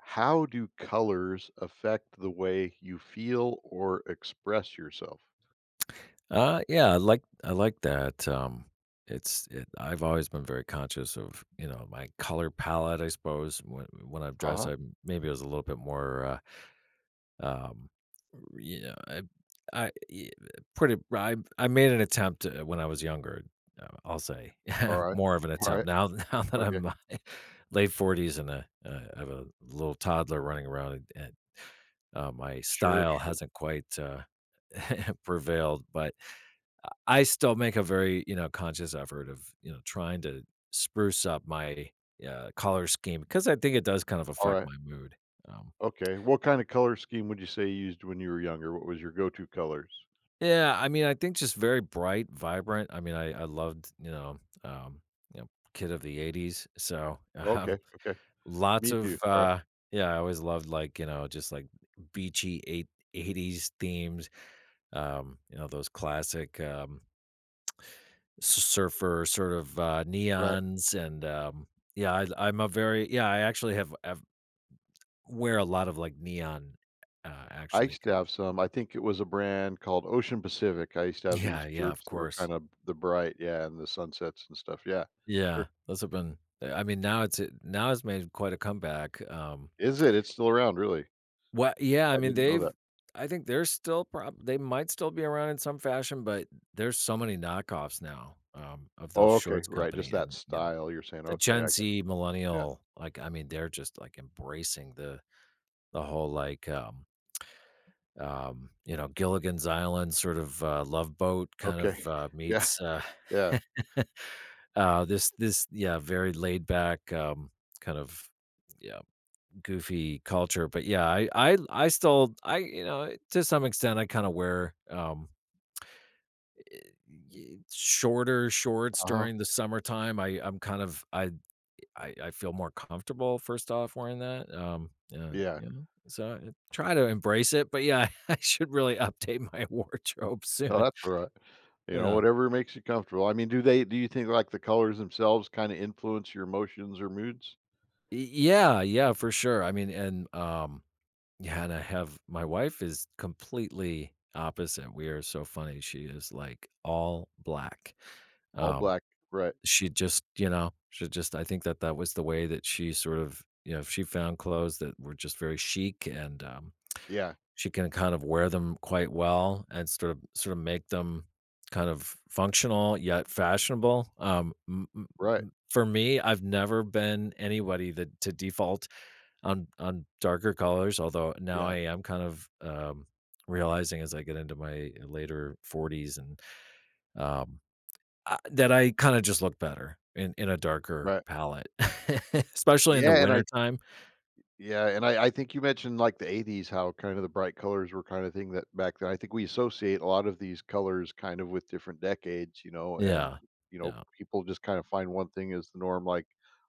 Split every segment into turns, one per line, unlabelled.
How do colors affect the way you feel or express yourself?
Yeah, I like that, it's it I've always been very conscious of, you know, my color palette, I suppose, when I've dressed.
Uh-huh.
I Maybe I was a little bit more, um, you know, I I e I made an attempt, when I was younger, I'll say,
All right.
more of an
All right.
attempt. Now now that
Okay.
I'm my late 40s, and, I have a little toddler running around, and my
Sure,
style
sure.
hasn't quite, prevailed, but I still make a very, conscious effort of, trying to spruce up my, color scheme, because I think it does kind of
All
affect
right.
my mood. Um,
Okay. What kind of color scheme would you say you used when you were younger? What was your go-to colors?
yeah, I mean, I think just very bright, vibrant. I mean, I loved, um, you know, kid of the '80s. So,
Okay.
um,
Okay.
lots
Me too.
of,
All right.
yeah, I always loved, like, you know, just like beachy eight '80s themes. You know, those classic, surfer sort of
Right.
neons and yeah. I'm a very, yeah. I actually have I wear a lot of like neon,
I
actually.
used to have some. I think it was a brand called Ocean Pacific. I used to have these
Yeah, yeah, of
shirts that were kind
course.
of the bright, yeah, and the sunsets and stuff. Yeah.
Yeah,
Sure.
those have been. I mean, now it's made quite a comeback.
Is it? It's still around, really.
What? Yeah, I
I
mean
didn't know that.
they've. I think they might still be around in some fashion, but there's so many knockoffs now, of those
Oh, okay.
shorts
Right. Just
company.
that
And
style you're saying.
the
Okay. I
Gen
got
Z
you. Yeah,
millennial, like, I mean, they're just like embracing the whole, like, Gilligan's Island sort of, Love Boat kind
okay.
of,
Yeah,
meets,
yeah,
this, yeah, very laid back, kind of, yeah, goofy culture. But yeah, I still I to some extent, I kinda wear, y shorter shorts
uh-huh,
during the summertime. I I'm kind of I feel more comfortable first off wearing that, yeah,
yeah.
so I try to embrace it. But yeah, I should really update my wardrobe
No,
soon.
that's all right. You know,
Yeah.
whatever makes you comfortable. I mean, do you think, like, the colors themselves kinda influence your emotions or moods?
Y Yeah, yeah, for sure. I mean, yeah, and I have my wife is completely opposite. We are so funny. She is, like, all black,
All
um,
black, right.
she just, I think that that was the way that she sort of, you know, she found clothes that were just very chic, and
Yeah,
she can kind of wear them quite well and sort of make them kind of functional yet fashionable.
right,
For me, I've never been anybody that to default on darker colors, although now I
yeah,
am kind of realizing as I get into my later 40s and, um, that I kind of just look better in a darker
right.
palette, especially in the
Yeah, and I
wintertime.
Yeah, and I think you mentioned, like, the '80s, how kind of the bright colors were kind of thing that back then. I think we associate a lot of these colors kind of with different decades, you know, and,
Yeah.
you know,
Yeah.
people just kind of find one thing as the norm,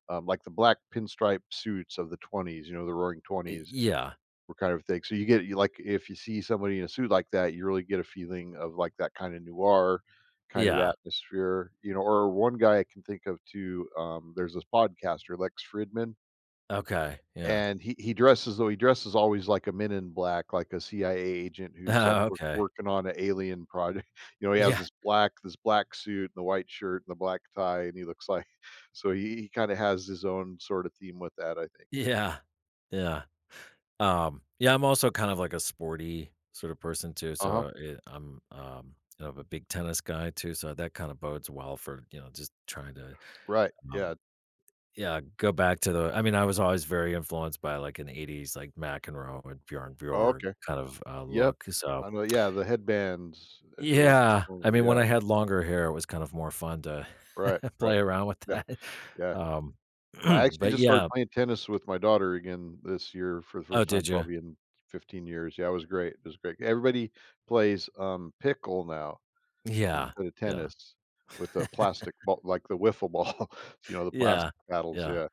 like the black pinstripe suits of the '20s, you know, the roaring '20s
Yeah.
were kind of thing. So you get you like, if you see somebody in a suit like that, you really get a feeling of, like, that kind of noir kind of
Yeah.
atmosphere, you know, or one guy I can think of too, there's this podcaster, Lex Fridman.
Okay. Yeah.
And he dresses though he dresses always like a Men in Black, like a CIA agent who's, like,
Oh, okay.
working on a alien project. You know, he has
Yeah,
this black suit and the white shirt and the black tie, and he looks like so he kinda has his own sorta theme with that, I think.
yeah, yeah. Yeah, I'm also kind of like a sporty sort of person too,
Uh-huh.
so it, I'm a big tennis guy too, so that kind of bodes well for just trying to,
Right,
um,
yeah.
yeah, go back to the. I mean, I was always very influenced by like an '80s like McEnroe and Bjorn
Oh,
Borg
okay.
kind of
Yep.
look. So
I know yeah, the headbands,
yeah, I mean, when
yeah,
I had longer hair, it was kind of more fun to
right, right.
play around with
Yeah,
that.
yeah.
Um,
I actually
but
just started
yeah.
playing tennis with my daughter again this year for the
Oh,
first time
did you?
probably in 15 years. Yeah, it was great. It was great. Everybody plays, pickle now
Yeah,
instead of
yeah.
tennis with the plastic ball, like the wiffle ball, you know, the plastic
Yeah,
paddles,
yeah,
yeah.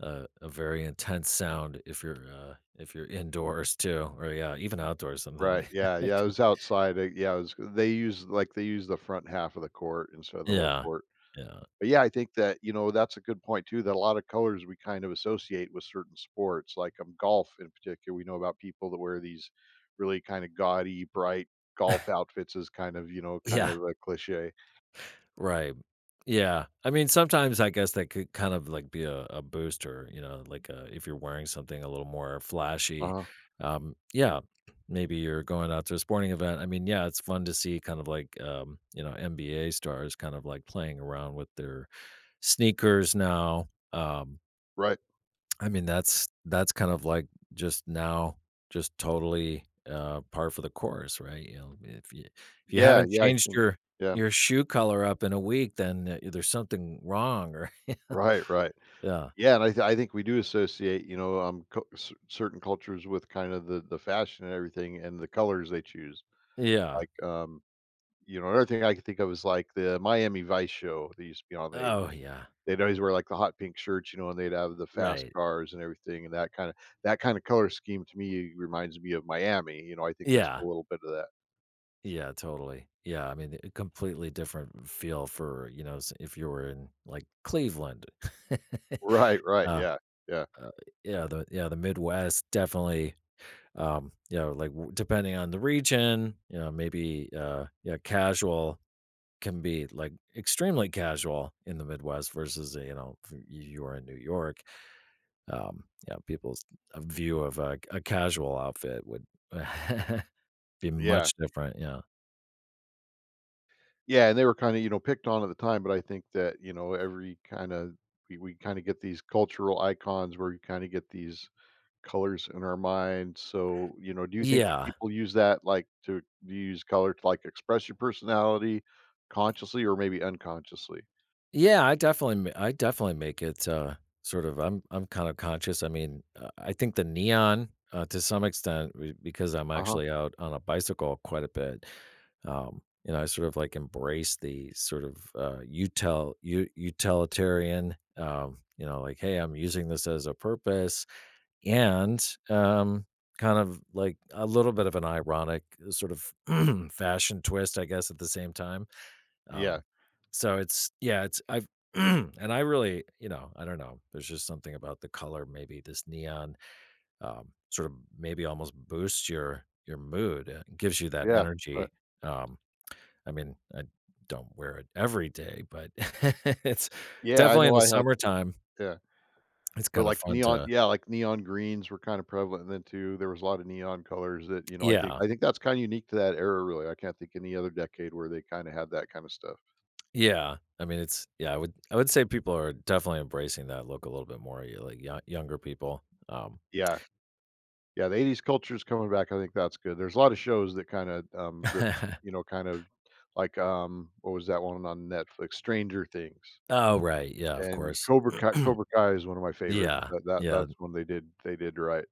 a very intense sound if if you're indoors too, or yeah, even outdoors something.
Right, yeah, yeah, it was outside, yeah, it was they use like, they use the front half of the court instead of the whole
Yeah,
court.
yeah,
But yeah, I think that, you know, that's a good point too, that a lot of colors we kind of associate with certain sports, like golf in particular. We know about people that wear these really kind of gaudy, bright golf outfits is kind of, you know, kind of
yeah.
a cliche.
Right. Yeah. I mean, sometimes I guess that could kind of like be a booster, you know, like, if you're wearing something a little more flashy.
Uh-huh.
Yeah. Maybe you're going out to a sporting event. I mean, yeah, it's fun to see kind of like, you know, NBA stars kind of like playing around with their sneakers now.
Right.
I mean, that's kind of like just now, just totally par for the course, right? You know, if you
Yeah.
haven't
Yeah. I
changed
think.
your
Yeah.
your shoe color up in a week, then, there's something wrong, or
Right. Right.
yeah.
Yeah. And I think we do associate, you know, certain cultures with kind of the fashion and everything and the colors they choose.
Yeah.
Like, you know, another thing I could think of is like the Miami Vice show that used to be on the '80s.
Oh yeah.
They'd always wear, like, the hot pink shirts, you know, and they'd have the fast
Right.
cars and everything, and that kinda color scheme to me reminds me of Miami, you know, I think there's
Yeah.
still a little bit of that.
Yeah, totally. Yeah, I mean, a completely different feel for, you know, if you were in like Cleveland.
Right, right,
uh,
yeah, yeah,
uh, yeah, the Midwest definitely, you know, like, depending on the region, you know, maybe, yeah, casual can be like extremely casual in the midwest versus, you know, if you are in new york, yeah, people's, view of a casual outfit would be
yeah.
much different, yeah,
Yeah, and they were kinda, you know, picked on at the time, but I think that, you know, every kinda we kinda get these cultural icons where you kinda get these colors in our mind, so, you know, do you think that
yeah.
people use that, like, to do you use color to, like, express your personality consciously or maybe unconsciously?
Yeah, I definitely make it, sort of. I'm kind of conscious. I mean, I think the neon, to some extent, be because I'm
Uh-huh.
actually out on a bicycle quite a bit, you know, I sort of, like, embrace the sort of, utilitarian, you know, like, "Hey, I'm using this as a purpose," and, um, kind of, like, a little bit of an ironic sort of fashion twist, I guess, at the same time.
Yeah,
Um, so it's, yeah, it's, I've and I really, you know, I don't know. There's just something about the color, maybe this neon, sort of maybe almost boosts your mood, gives you that
yeah, right.
energy. Um, I mean, I don't wear it every day, but it's
Yeah, I
definitely
know
in the
I had
summertime.
yeah,
It's
but,
kind of
like,
fun
neon
to.
yeah, like, neon greens were kinda prevalent then too, there was a lot of neon colors that, you know,
Yeah,
I think that's kinda unique to that era really, I can't think any other decade where they kinda had that kinda stuff.
yeah. I mean, it's, yeah. I would say people are definitely embracing that look a little bit more, like younger people. Um,
Yeah, yeah, the '80s culture is coming back, I think that's good, there's a lot of shows that kinda, rip you know, kind of like, what was that one on Netflix? Stranger Things,
Oh, right, yeah, of
and
course.
Cobra Kai is one of my favorites,
Yeah,
that that
yeah,
that's when they did right.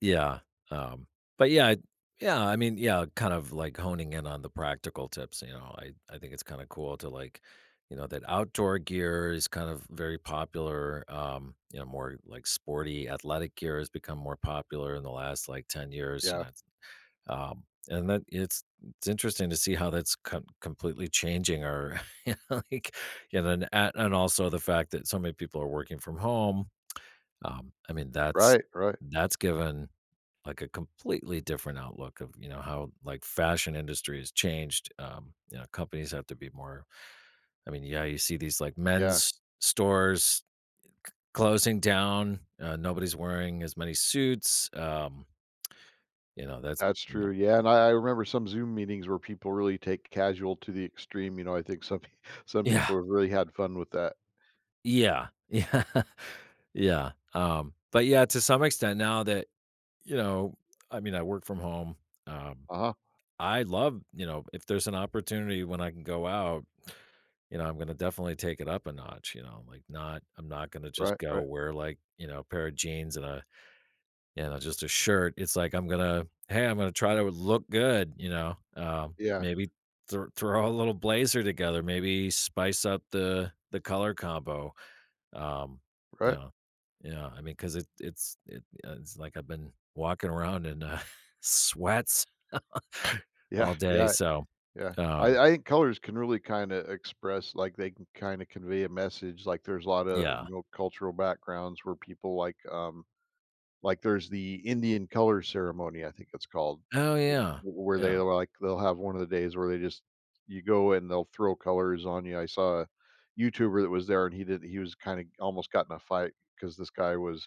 yeah, um, but yeah. Yeah, I mean, yeah, kind of, like, honing in on the practical tips, you know, I think it's kinda cool to, like, you know, that outdoor gear is kind of very popular, you know, more, like, sporty athletic gear has become more popular in the last, like, 10 years, you
Yeah,
know, it's, um, and that it's interesting to see how that's completely changing our, like, you know, and also the fact that so many people are working from home. I mean, that's
right, right,
that's given, like, a completely different outlook of, you know, how, like, fashion industry has changed, you know, companies have to be more. I mean, yeah, you see these, like,
yeah.
men's stores closing down, nobody's wearing as many suits, you know, that's,
That's
you know.
true, yeah, and I remember some Zoom meetings where people really take casual to the extreme, you know, I think some pe some
Yeah,
people have really had fun with that.
yeah, yeah, yeah, but, yeah, to some extent now that, you know, I mean, I work from home, um,
Uh-huh,
I love, you know, if there's an opportunity when I can go out. You know, I'm gonna definitely take it up a notch, you know, like not I'm not gonna just
right,
go
right,
wear, like, you know, a, pair of jeans and you know, just a shirt. It's like I'm gonna, hey, I'm gonna try to look good, you know.
yeah,
Maybe throw a little blazer together, maybe spice up the color combo. Um, you
right,
know, yeah, I mean, because it's like I've been walking around in sweats
yeah,
all day,
yeah,
so,
yeah.
um,
I think colors can really kinda express like, they can kinda convey a message, like, there's a lot of
yeah.
you know, cultural backgrounds where people like, um. Like, there's the Indian color ceremony, I think it's called,
Oh,
you know,
yeah.
w where they,
Yeah.
like they'll have one of the days where they just you go and they'll throw colors on you. I saw a YouTuber that was there, and he was kinda almost got in a fight because this guy was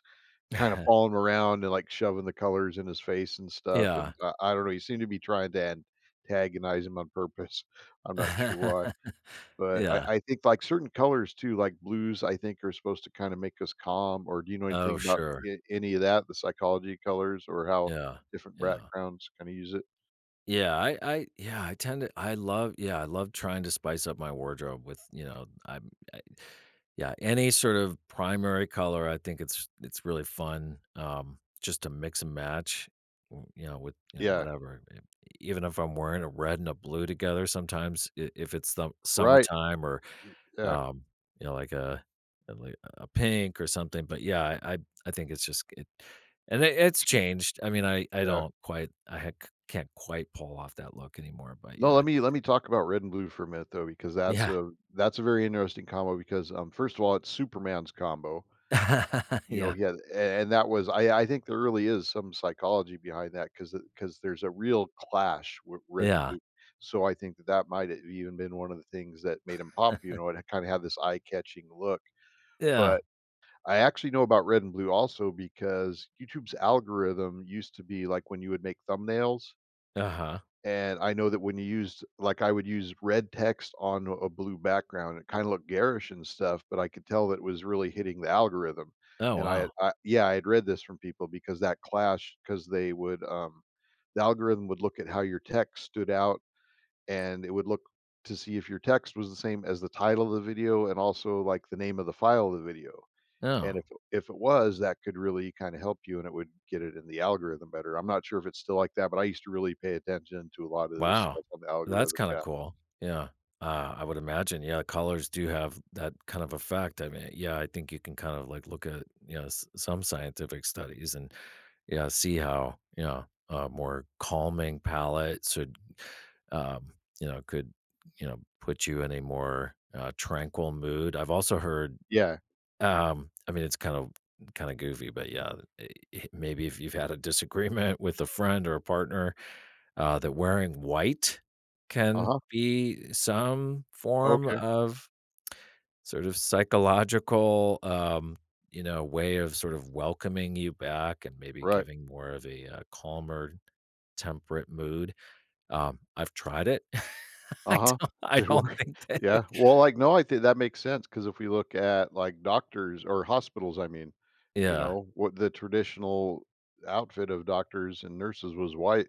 kinda following him around and, like, shoving the colors in his face and stuff, and
Yeah.
I don't know, he seemed to be trying to antagonize him on purpose. I'm not sure why. But
Yeah.
I think, like, certain colors too, like blues, I think are supposed to kinda make us calm, or do you know
Oh,
anything about
sure.
a any of that, the psychology of colors or how
Yeah.
different
Yeah.
backgrounds kinda use it?
Yeah, I yeah, I tend to I love, yeah, I love trying to spice up my wardrobe with, you know, I'm I yeah, any sort of primary color. I think it's really fun, just to mix and match, w you know, with, you know,
Yeah.
whatever, e even if I'm wearing a red and a blue together sometimes, I if it's the
Right.
summertime, or,
Yeah,
um, you know, like like a pink or something. But yeah, I think it's just it and it's changed. I mean, I
yeah.
don't quite. I ha c can't quite pull off that look anymore, but
No,
yeah.
let me talk about red and blue for a minute though, because
Yeah.
that's a very interesting combo because, first of all, it's Superman's combo. You know,
Yeah.
he had a and that was I think there really is some psychology behind that because there's a real clash with red and
Yeah.
blue. So I think that that might have even been one of the things that made him pop, you know, it kinda had this eye-catching look.
Yeah.
But I actually know about red and blue also because YouTube's algorithm used to be like when you would make thumbnails
Uh-huh.
and I know that when you used like, I would use red text on a blue background, it kinda looked garish and stuff, but I could tell that it was really hitting the algorithm.
Oh,
And I had
wow.
I yeah, I had read this from people because that clash, because they would, the algorithm would look at how your text stood out, and it would look to see if your text was the same as the title of the video and also, like, the name of the file of the video. And
Oh,
if it was, that could really kinda help you and it would get it in the algorithm better. I'm not sure if it's still like that, but I used to really pay attention to a lot of this
wow.
stuff on the
That's
algorithm,
kinda
yeah.
cool. Yeah. I would imagine, yeah, colors do have that kind of effect. I mean, yeah, I think you can kind of like look at, you know, s some scientific studies and, yeah, see how, you know, a more calming palette should, um, you know, could, you know, put you in a more, tranquil mood. I've also heard,
Yeah.
I mean, it's kind of goofy, but yeah, eh, maybe if you've had a disagreement with a friend or a partner, that wearing white can
Uh-huh.
be some form
Okay.
of sort of psychological, you know, way of sort of welcoming you back and maybe
Right.
giving more of a calmer, temperate mood. I've tried it. I
Uh-huh.
don't. I
It
don't
work
think that.
Yeah. Well, like, no, I think that makes sense because if we look at, like, doctors or hospitals, I mean, you
Yeah.
know, what the traditional outfit of doctors and nurses was white,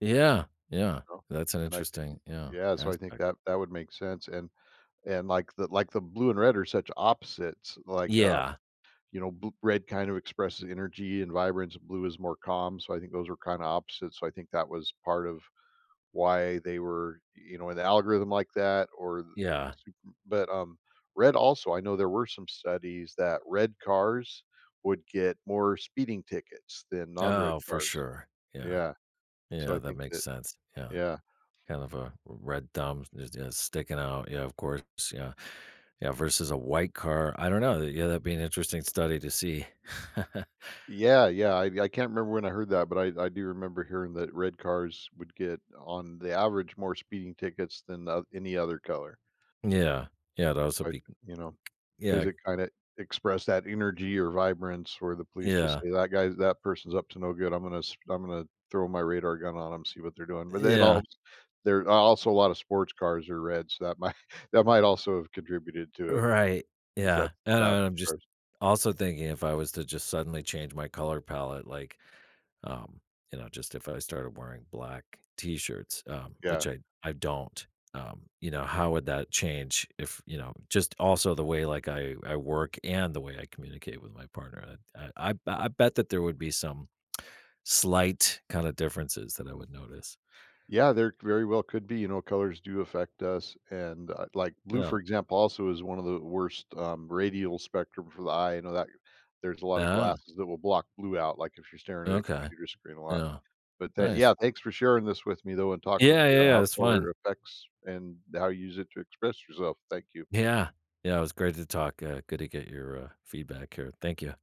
Yeah. Yeah.
you know,
That's an
and I think
interesting,
yeah, so I think
aspect.
that that would make sense. And like the blue and red are such opposites, like,
Yeah.
you know, bl red kind of expresses energy and vibrance, and blue is more calm, so I think those are kinda opposites, so I think that was part of why they were, you know, in the algorithm like that or the
Yeah.
super but, red also, I know there were some studies that red cars would get more speeding tickets than non-red
Oh, for
cars.
sure. Yeah.
Yeah, so
Yeah.
I
That
think
makes
that
sense. Yeah.
yeah.
Kind of a red thumb just, yeah, sticking out. Yeah, of course. Yeah. Yeah, versus a white car. I don't know. Yeah, that'd be an interesting study to see.
Yeah, yeah, I can't remember when I heard that, but I do remember hearing that red cars would get, on the average, more speeding tickets than the any other color,
Yeah. Yeah, it'd also
like,
be.
you know,
Yeah,
because it kinda expressed that energy or vibrance where the police just
yeah,
say, "That guy's that person's up to no good, I'm gonna s I'm gonna throw my radar gun on them, see what they're doing," but they'd
yeah.
all there are also a lot of sports cars are red, so that might that might also have contributed to it,
Right,
because
yeah,
that's the
and
faster
I'm just
cars.
also thinking if I was to just suddenly change my color palette, like, um, you know, just if I started wearing black T-shirts,
Yeah.
which I don't, you know, how would that change? If just also the way, like, I work and the way I communicate with my partner, I bet that there would be some slight kinda differences that I would notice.
Yeah, there very well could be. You know, colors do affect us, and like blue,
Yeah.
for example, also is one of the worst radial spectrum for the eye. You know that there's a lot of
Ah.
glasses that will block blue out, like if you're staring at a
Okay,
computer screen a lot.
yeah,
But that, yeah,
nice.
thanks for sharing this with me though, and talking with
Yeah,
me
yeah,
about
yeah,
how
it's fun.
color affects and how you use it to express yourself. Thank you.
Yeah. Yeah, it was great to talk, good to get your, feedback here. Thank you.